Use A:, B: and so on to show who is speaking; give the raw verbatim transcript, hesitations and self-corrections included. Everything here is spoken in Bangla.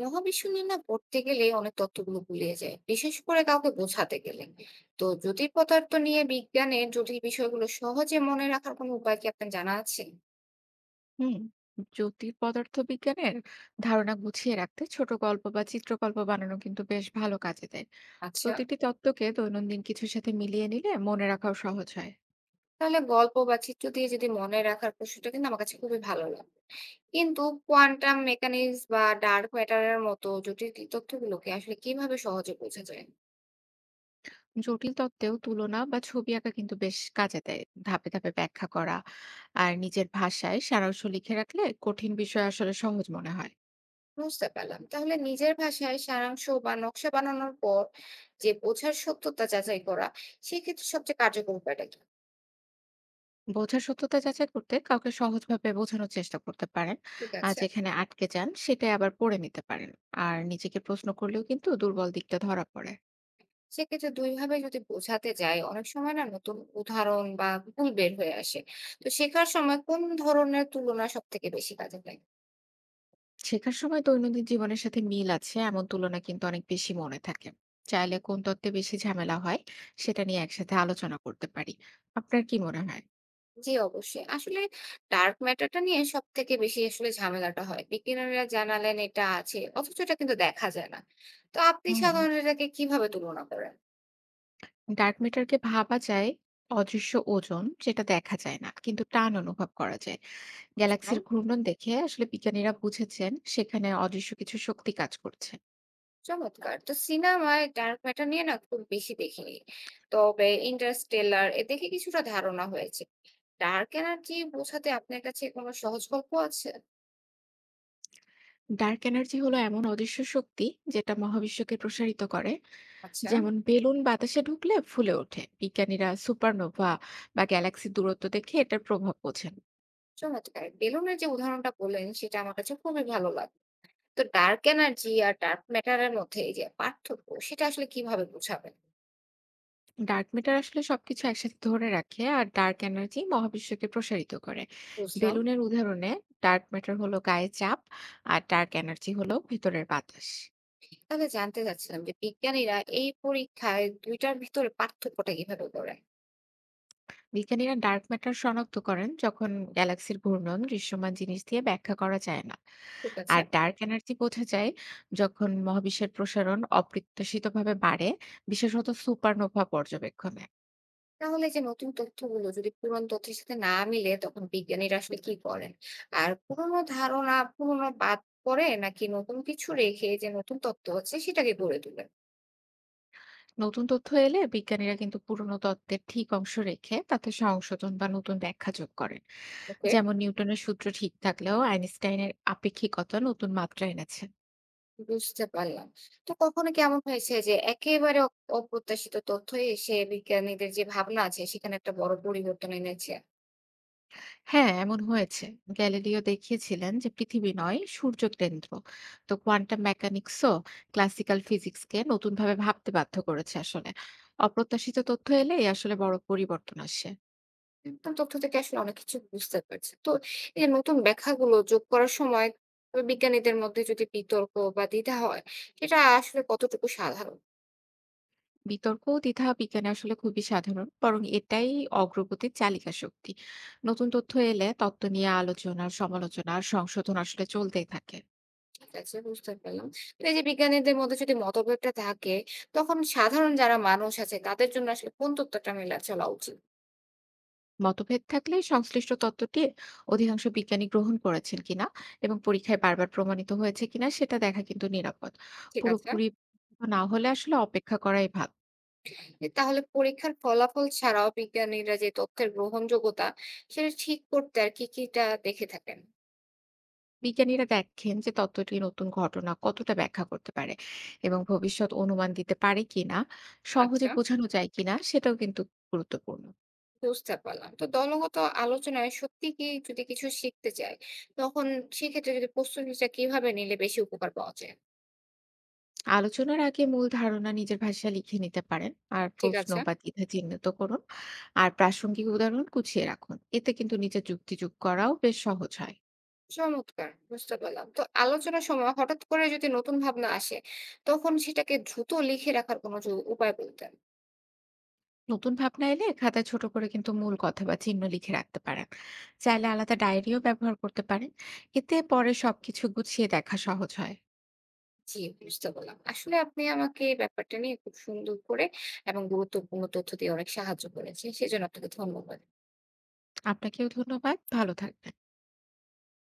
A: মহাবিশ্ব নিয়ে না পড়তে গেলে অনেক তথ্যগুলো গুলিয়ে যায়, বিশেষ করে কাউকে বোঝাতে গেলে। তো জটিল পদার্থ নিয়ে, বিজ্ঞানের জটিল বিষয়গুলো সহজে মনে রাখার কোনো উপায় কি আপনার জানা আছে?
B: হুম জটিল পদার্থবিজ্ঞানের ধারণা গুছিয়ে রাখতে ছোট গল্প বা চিত্রকল্প বানানো কিন্তু বেশ ভালো কাজে দেয়।
A: আচ্ছা,
B: প্রতিটি তত্ত্বকে দৈনন্দিন কিছুর সাথে মিলিয়ে নিলে মনে রাখাও সহজ হয়।
A: তাহলে গল্প বা চিত্র দিয়ে যদি মনে রাখার প্রশ্নটা কিন্তু আমার কাছে খুবই ভালো লাগে, কিন্তু কোয়ান্টাম মেকানিক্স বা ডার্ক ম্যাটারের মতো জটিল তথ্যগুলোকে আসলে কিভাবে সহজে বোঝা যায়?
B: জটিল তত্ত্বেও তুলনা বা ছবি আঁকা কিন্তু বেশ কাজে দেয়। ধাপে ধাপে ব্যাখ্যা করা আর নিজের ভাষায় সারাংশ লিখে রাখলে কঠিন বিষয় আসলে সহজ মনে হয়।
A: বুঝতে পারলাম, তাহলে নিজের ভাষায় সারাংশ বা নকশা বানানোর পর যে বোঝার সত্যতা যাচাই করা, সেক্ষেত্রে সবচেয়ে কার্যকর উপায়টা কি?
B: বোঝার সত্যতা যাচাই করতে কাউকে সহজভাবে বোঝানোর চেষ্টা করতে পারেন।
A: ঠিক
B: আর
A: আছে।
B: যেখানে আটকে যান সেটাই আবার পড়ে নিতে পারেন। আর নিজেকে প্রশ্ন করলেও কিন্তু দুর্বল দিকটা ধরা পড়ে।
A: সেক্ষেত্রে দুই ভাবে যদি বোঝাতে যাই, অনেক সময় না নতুন উদাহরণ বা ভুল বের হয়ে আসে। তো শেখার সময় কোন ধরনের তুলনা সবথেকে বেশি কাজে দেয়?
B: শেখার সময় দৈনন্দিন জীবনের সাথে মিল আছে এমন তুলনা কিন্তু অনেক বেশি মনে থাকে। চাইলে কোন তত্ত্বে বেশি ঝামেলা হয় সেটা নিয়ে একসাথে আলোচনা করতে পারি। আপনার কি মনে হয়?
A: জি, অবশ্যই। আসলে ডার্ক ম্যাটারটা নিয়ে সবথেকে বেশি আসলে ঝামেলাটা হয়। বিজ্ঞানীরা জানালেন এটা আছে, অথচ এটা কিন্তু দেখা যায় না। তো আপনি
B: হুম
A: সাধারণত এটাকে কিভাবে তুলনা করেন?
B: ডার্ক ম্যাটারকে ভাবা যায় অদৃশ্য ওজন, যেটা দেখা যায় না কিন্তু টান অনুভব করা যায়।
A: বুঝলাম।
B: গ্যালাক্সির ঘূর্ণন দেখে আসলে বিজ্ঞানীরা বুঝেছেন সেখানে অদৃশ্য কিছু শক্তি কাজ করছে।
A: চমৎকার! তো সিনেমায় ডার্ক ম্যাটার নিয়ে না খুব বেশি দেখিনি। তবে 'ইন্টারস্টেলার' এ দেখে কিছুটা ধারণা হয়েছে। ডার্ক এনার্জি বোঝাতে আপনার কাছে কোনো সহজ গল্প আছে?
B: ডার্ক এনার্জি হলো এমন অদৃশ্য শক্তি যেটা মহাবিশ্বকে প্রসারিত করে,
A: আচ্ছা।
B: যেমন বেলুন বাতাসে ঢুকলে ফুলে ওঠে। বিজ্ঞানীরা সুপারনোভা বা গ্যালাক্সির দূরত্ব দেখে এটার প্রভাব বোঝেন।
A: চমৎকার! বেলুনের যে উদাহরণটা বললেন সেটা আমার কাছে খুবই ভালো লাগলো। তো ডার্ক এনার্জি আর ডার্ক ম্যাটার এর মধ্যে এই যে পার্থক্য, সেটা আসলে কিভাবে বোঝাবেন?
B: ডার্ক ম্যাটার আসলে সবকিছু একসাথে ধরে রাখে আর ডার্ক এনার্জি মহাবিশ্বকে প্রসারিত করে।
A: বুঝলাম।
B: বেলুনের উদাহরণে ডার্ক ম্যাটার হলো গায়ে চাপ আর ডার্ক এনার্জি হলো ভেতরের বাতাস।
A: তাহলে জানতে চাচ্ছিলাম যে বিজ্ঞানীরা এই পরীক্ষায় দুইটার টার ভিতরে পার্থক্যটা কিভাবে করেন?
B: বিজ্ঞানীরা ডার্ক ম্যাটার শনাক্ত করেন যখন গ্যালাক্সির ঘূর্ণন দৃশ্যমান জিনিস দিয়ে ব্যাখ্যা করা যায় না।
A: ঠিক আছে।
B: আর ডার্ক এনার্জি বোঝা যায় যখন মহাবিশ্বের প্রসারণ অপ্রত্যাশিতভাবে বাড়ে, বিশেষত সুপারনোভা পর্যবেক্ষণে।
A: তাহলে যে নতুন তথ্যগুলো যদি পুরনো তথ্যের সাথে না মিলে, তখন বিজ্ঞানীরা আসলে কি করেন? আর পুরনো ধারণা পুরনো বাদ পড়ে, নাকি নতুন কিছু রেখে যে নতুন তত্ত্ব আছে সেটাকে গড়ে তোলেন?
B: নতুন তথ্য এলে বিজ্ঞানীরা কিন্তু পুরনো তত্ত্বের ঠিক অংশ রেখে তাতে সংশোধন বা নতুন ব্যাখ্যা যোগ করেন।
A: ওকে,
B: যেমন নিউটনের সূত্র ঠিক থাকলেও আইনস্টাইনের আপেক্ষিকতা নতুন মাত্রা এনেছে।
A: বুঝতে পারলাম। তো কখনো কি এমন হয়েছে যে একেবারে অ অপ্রত্যাশিত তথ্য এসে বিজ্ঞানীদের যে ভাবনা আছে সেখানে একটা বড় পরিবর্তন এনেছে?
B: হ্যাঁ, এমন হয়েছে। গ্যালিলিও দেখিয়েছিলেন যে পৃথিবী নয়, সূর্য কেন্দ্র। তো কোয়ান্টাম মেকানিক্সও ক্লাসিক্যাল ফিজিক্সকে নতুনভাবে ভাবতে বাধ্য করেছে আসলে। অপ্রত্যাশিত তথ্য এলেই আসলে বড় পরিবর্তন আসে।
A: নতুন তথ্য থেকে আসলে অনেক কিছু বুঝতে পারছি। তো এই যে নতুন ব্যাখ্যাগুলো যোগ করার সময় বিজ্ঞানীদের মধ্যে যদি বিতর্ক বা দ্বিধা হয়, সেটা আসলে কতটুকু সাধারণ?
B: বিতর্ক ও দ্বিধা বিজ্ঞানে আসলে খুবই সাধারণ, বরং এটাই অগ্রগতির চালিকা শক্তি। নতুন তথ্য এলে তত্ত্ব নিয়ে আলোচনা, সমালোচনা আর সংশোধন আসলে চলতেই থাকে।
A: ঠিক আছে, বুঝতে পারলাম। তো এই যে বিজ্ঞানীদের মধ্যে যদি মতভেদটা থাকে, তখন সাধারণ যারা মানুষ আছে তাদের জন্য আসলে কোন তথ্যটা মেলা চলা উচিত?
B: মতভেদ থাকলে সংশ্লিষ্ট তত্ত্বটি অধিকাংশ বিজ্ঞানী গ্রহণ করেছেন কিনা এবং পরীক্ষায় বারবার প্রমাণিত হয়েছে কিনা সেটা দেখা কিন্তু নিরাপদ।
A: ঠিক আছে।
B: পুরোপুরি না হলে আসলে অপেক্ষা করাই ভালো।
A: এ তাহলে পরীক্ষার ফলাফল ছাড়াও বিজ্ঞানীরা যে তথ্যের গ্রহণযোগ্যতা, সেটা ঠিক করতে আর কি, কিটা দেখে থাকেন?
B: বিজ্ঞানীরা দেখেন যে তত্ত্বটি নতুন ঘটনা কতটা ব্যাখ্যা করতে পারে এবং ভবিষ্যৎ অনুমান দিতে পারে কিনা। সহজে
A: আচ্ছা।
B: বোঝানো যায় কিনা সেটাও কিন্তু গুরুত্বপূর্ণ।
A: বুঝতে পারলাম। তো দলগত আলোচনায় সত্যি কি যদি কিছু শিখতে চাই, তখন সেক্ষেত্রে যদি প্রস্তুতিটা কিভাবে নিলে বেশি উপকার পাওয়া যায়?
B: আলোচনার আগে মূল ধারণা নিজের ভাষায় লিখে নিতে পারেন আর
A: ঠিক
B: প্রশ্ন
A: আছে।
B: বা দ্বিধা চিহ্নিত করুন। আর প্রাসঙ্গিক উদাহরণ গুছিয়ে রাখুন, এতে কিন্তু নিজের যুক্তি যোগ করাও বেশ সহজ হয়।
A: চমৎকার! বুঝতে পারলাম। তো আলোচনার সময় হঠাৎ করে যদি নতুন ভাবনা আসে, তখন সেটাকে দ্রুত লিখে রাখার কোনো য উপায় বলতেন।
B: নতুন ভাবনা এলে খাতায় ছোট করে কিন্তু মূল কথা বা চিহ্ন লিখে রাখতে পারেন। চাইলে আলাদা ডায়েরিও ব্যবহার করতে পারেন, এতে পরে সবকিছু গুছিয়ে দেখা সহজ হয়।
A: জি, বুঝতে পারলাম। আসলে আপনি আমাকে এই ব্যাপারটা নিয়ে খুব সুন্দর করে এবং গুরুত্বপূর্ণ তথ্য দিয়ে অনেক সাহায্য করেছেন। সেজন্য আপনাকে ধন্যবাদ।
B: আপনাকেও ধন্যবাদ, ভালো থাকবেন।